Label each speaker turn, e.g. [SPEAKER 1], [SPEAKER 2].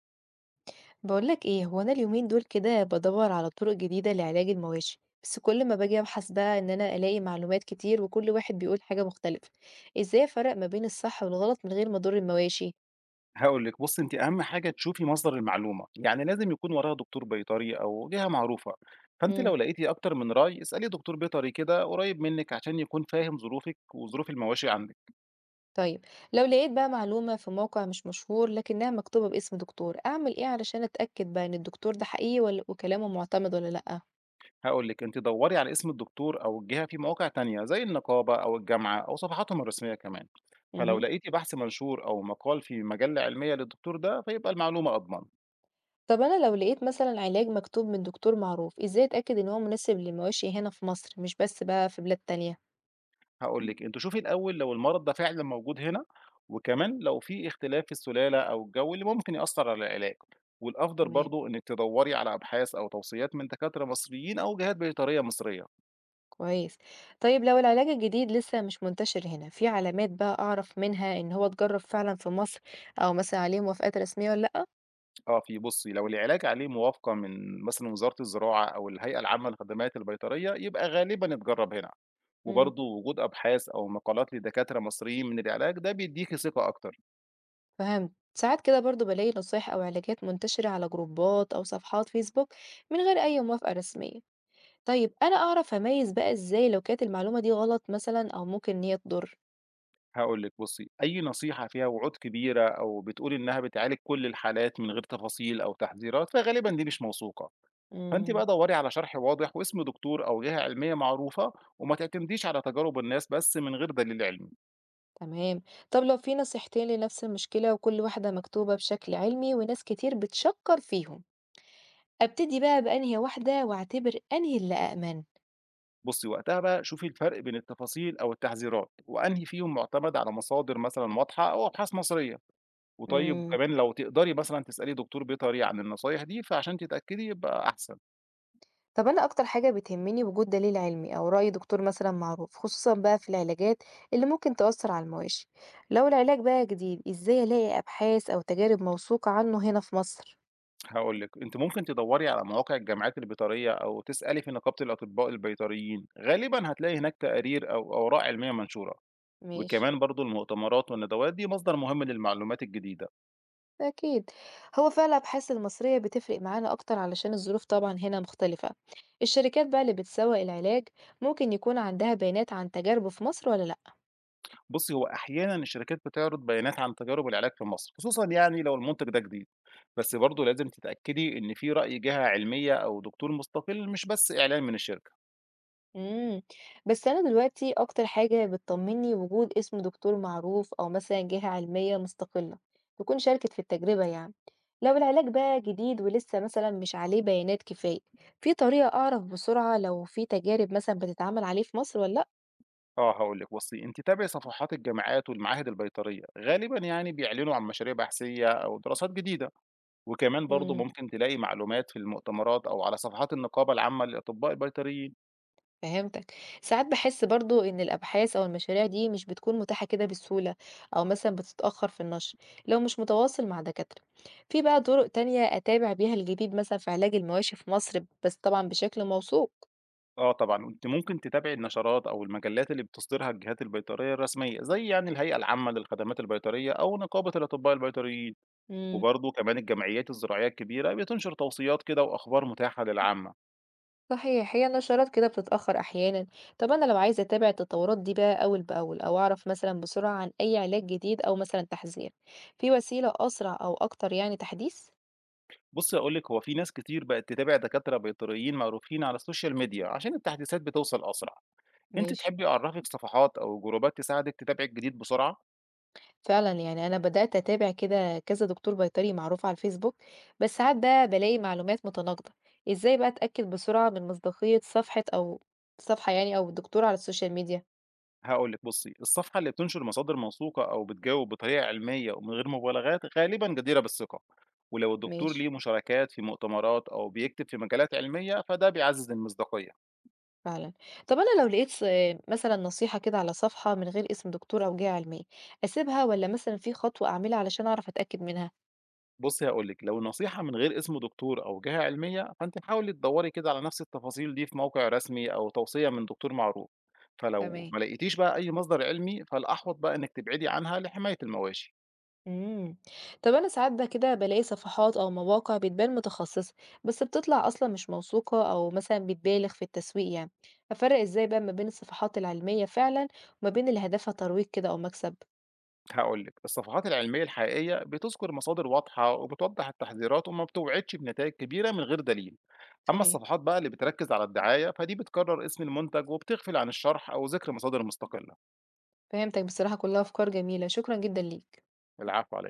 [SPEAKER 1] بقولك ايه، هو انا اليومين دول كده بدور على طرق جديدة لعلاج المواشي، بس كل ما باجي ابحث بقى ان انا الاقي معلومات كتير، وكل واحد بيقول حاجة مختلفة. ازاي افرق ما بين الصح والغلط من غير ما اضر المواشي؟
[SPEAKER 2] هاقول لِك بُصّي، أنتِ أهم حاجة تشوفي مصدر المعلومة، يعني لازم يكون وراها دكتور بيطري أو جهة معروفة، فأنتِ
[SPEAKER 1] امم.
[SPEAKER 2] لو لقيتِ أكتر من رأي اسألي دكتور بيطري كده قريب منِّك عشان يكون فاهم ظروفِك وظروف المواشي عندِك.
[SPEAKER 1] طيب، لو لقيت بقى معلومة في موقع مش مشهور لكنها مكتوبة باسم دكتور، اعمل ايه علشان اتأكد بقى ان الدكتور ده حقيقي ولا وكلامه معتمد ولا لأ؟
[SPEAKER 2] هاقول لِك أنتِ دوري على اسم الدكتور أو الجهة في مواقع تانية زي النقابة أو الجامعة أو صفحاتهم الرسمية كمان، فلو
[SPEAKER 1] امم.
[SPEAKER 2] لقيتِ بحث منشور أو مقال في مجلة علمية للدكتور ده فيبقى المعلومة أضمن.
[SPEAKER 1] طب انا لو لقيت مثلا علاج مكتوب من دكتور معروف، ازاي اتأكد ان هو مناسب للمواشي هنا في مصر، مش بس بقى في بلاد تانية؟
[SPEAKER 2] هاقول لِك، أنتِ شوفي الأول لو المرض ده فعلًا موجود هنا، وكمان لو في اختلاف في السلالة أو الجو اللي ممكن يأثّر على العلاج، والأفضل
[SPEAKER 1] تمام.
[SPEAKER 2] برضه إنِّك تدوّري على أبحاث أو توصيات من دكاترة مصريين أو جهات بيطرية مصرية.
[SPEAKER 1] كويس. طيب، لو العلاج الجديد لسه مش منتشر هنا، في علامات بقى أعرف منها إن هو اتجرب فعلًا في مصر، أو مثلًا عليه موافقات رسمية والّا لأ؟
[SPEAKER 2] آه، في بُصّي، لو العلاج عليه موافقة من مثلًا وزارة الزراعة أو الهيئة العامة للخدمات البيطرية، يبقى غالبًا اتجرّب هنا،
[SPEAKER 1] امم.
[SPEAKER 2] وبرضه وجود أبحاث أو مقالات لدكاترة مصريين من العلاج ده بيدّيكِ ثقة أكتر.
[SPEAKER 1] فهمت. ساعات كده برضه بالاقي نصايح أو علاجات منتشرة على جروبات أو صفحات فيسبوك من غير أي موافقة رسمية. طيب، أنا أعرف أميز بقى إزاي لو كانت المعلومة دي غلط مثلًا أو ممكن إن هي تضر؟
[SPEAKER 2] هاقول لِك بُصّي، أي نصيحة فيها وعود كبيرة أو بتقول إنها بتعالج كل الحالات من غير تفاصيل أو تحذيرات، فغالبًا دي مش موثوقة، فأنتِ
[SPEAKER 1] امم،
[SPEAKER 2] بقى دوّري على شرح واضح واسم دكتور أو جهة علمية معروفة، وما تعتمديش على تجارب الناس بس من غير دليل علمي.
[SPEAKER 1] تمام. طب لو في نصيحتين لنفس المشكلة، وكل واحدة مكتوبة بشكل علمي وناس كتير بتشكر فيهم، أبتدي بقى بأنهي واحدة وأعتبر أنهي اللي أأمن؟
[SPEAKER 2] بُصّي وقتها بقى شوفي الفرق بين التفاصيل أو التحذيرات، وأنهي فيهم معتمد على مصادر مثلًا واضحة أو أبحاث مصرية، وطيب
[SPEAKER 1] امم.
[SPEAKER 2] كمان لو تقدري مثلًا تسألي دكتور بيطري عن النصايح دي، فعشان تتأكدي يبقى أحسن.
[SPEAKER 1] طب أنا أكتر حاجة بتهمني وجود دليل علمي أو رأي دكتور مثلا معروف، خصوصا بقى في العلاجات اللي ممكن تأثر على المواشي. لو العلاج بقى جديد، إزاي ألاقي أبحاث أو تجارب موثوقة عنه هنا في مصر؟
[SPEAKER 2] هاقول لِك، أنتِ ممكن تدوّري على مواقع الجامعات البيطرية أو تسألي في نقابة الأطباء البيطريين، غالبًا هتلاقي هناك تقارير أو أوراق علمية منشورة،
[SPEAKER 1] ماشي.
[SPEAKER 2] وكمان برضه المؤتمرات والندوات دي مصدر مهم للمعلومات الجديدة.
[SPEAKER 1] أكيد. هو فعلا الأبحاث المصرية بتفرق معانا أكتر، علشان الظروف طبعا هنا مختلفة. الشركات بقى اللي بتسوق العلاج ممكن يكون عندها بيانات عن تجاربه في مصر ولا لأ؟
[SPEAKER 2] بُصّي، هو أحيانًا الشركات بتعرض بيانات عن تجارب العلاج في مصر، خصوصًا يعني لو المنتج ده جديد، بس برضه لازم تتأكدي إن في رأي جهة علمية أو دكتور مستقل مش بس إعلان من الشركة.
[SPEAKER 1] إمم، بس أنا دلوقتي أكتر حاجة بتطمني وجود اسم دكتور معروف أو مثلًا جهة علمية مستقلة تكون شاركت في التجربة يعني. لو العلاج بقى جديد ولسه مثلًا مش عليه بيانات كفاية، في طريقة أعرف بسرعة لو في تجارب مثلًا بتتعمل عليه في مصر والّا لأ؟
[SPEAKER 2] آه، هاقول لِك، بُصّي، أنتِ تابعي صفحات الجامعات والمعاهد البيطرية، غالبًا يعني بيعلنوا عن مشاريع بحثية أو دراسات جديدة. وكمان برضه
[SPEAKER 1] إمم.
[SPEAKER 2] ممكن تلاقي معلومات في المؤتمرات أو على صفحات النقابة العامة للأطباء البيطريين.
[SPEAKER 1] فهمتك. ساعات باحس برضه إن الأبحاث أو المشاريع دي مش بتكون متاحة كده بسهولة، أو مثلًا بتتأخر في النشر لو مش متواصل مع دكاترة. في بقى طرق تانية أتابع بيها الجديد مثلًا في علاج المواشي في مصر، بس طبعًا بشكل موثوق؟
[SPEAKER 2] آه طبعًا، وأنتِ ممكن تتابعي النشرات أو المجلات اللي بتصدرها الجهات البيطرية الرسمية، زي يعني الهيئة العامة للخدمات البيطرية أو نقابة الأطباء البيطريين،
[SPEAKER 1] إمم.
[SPEAKER 2] وبرضه كمان الجمعيات الزراعية الكبيرة بتنشر توصيات كده وأخبار متاحة للعامة.
[SPEAKER 1] صحيح، هي النشرات كده بتتأخر أحيانًا. طب أنا لو عايزة أتابع التطورات دي بقى أول بأول، أو أعرف مثلًا بسرعة عن أي علاج جديد أو مثلًا تحذير، في وسيلة أسرع أو أكتر يعني تحديث؟
[SPEAKER 2] بُصّي هاقول لِك هو في ناس كتير بقت تتابع دكاترة بيطريين معروفين على السوشيال ميديا عشان التحديثات بتوصل أسرع. أنتِ
[SPEAKER 1] ماشي.
[SPEAKER 2] تحبي أعرفِك صفحات أو جروبات تساعدِك تتابعي الجديد بسرعة؟
[SPEAKER 1] فعلًا، يعني أنا بدأت أتابع كده كذا دكتور بيطري معروف على الفيسبوك، بس ساعات بقى بالاقي معلومات متناقضة. إزاي بقى أتأكد بسرعة من مصداقية صفحة يعني أو دكتور على السوشيال ميديا؟
[SPEAKER 2] هاقول لِك بُصّي، الصفحة اللي بتنشر مصادر موثوقة أو بتجاوب بطريقة علمية ومن غير مبالغات غالبًا جديرة بالثقة، ولو الدكتور
[SPEAKER 1] ماشي.
[SPEAKER 2] ليه مشاركات في مؤتمرات أو بيكتب في مجالات علمية فده بيعزّز المصداقية.
[SPEAKER 1] فعلًا. طب أنا لو لقيت مثلًا نصيحة كده على صفحة من غير اسم دكتور أو جهة علمية، أسيبها والّا مثلًا في خطوة أعملها علشان أعرف أتأكد منها؟
[SPEAKER 2] بُصّي هاقول لِك، لو النصيحة من غير اسم دكتور أو جهة علمية فأنتِ حاولي تدوّري كده على نفس التفاصيل دي في موقع رسمي أو توصية من دكتور معروف، فلو
[SPEAKER 1] تمام.
[SPEAKER 2] ما لقيتيش بقى أي مصدر علمي فالأحوط بقى إنِّك تبعدي عنها لحماية المواشي.
[SPEAKER 1] امم. طب انا ساعات بقى كده بلاقي صفحات او مواقع بتبان متخصصة، بس بتطلع اصلا مش موثوقة او مثلا بتبالغ في التسويق يعني. افرق ازاي بقى ما بين الصفحات العلمية فعلا وما بين اللي هدفها ترويج كده او مكسب؟
[SPEAKER 2] هاقول لِك، الصفحات العلمية الحقيقية بتذكر مصادر واضحة وبتوضح التحذيرات وما بتوعدش بنتائج كبيرة من غير دليل. أما
[SPEAKER 1] صحيح.
[SPEAKER 2] الصفحات بقى اللي بتركز على الدعاية، فدي بتكرر اسم المنتج وبتغفل عن الشرح أو ذكر مصادر مستقلة.
[SPEAKER 1] فهمتك، بصراحة كلها افكار جميلة، شكرا جدا ليك.
[SPEAKER 2] العفو على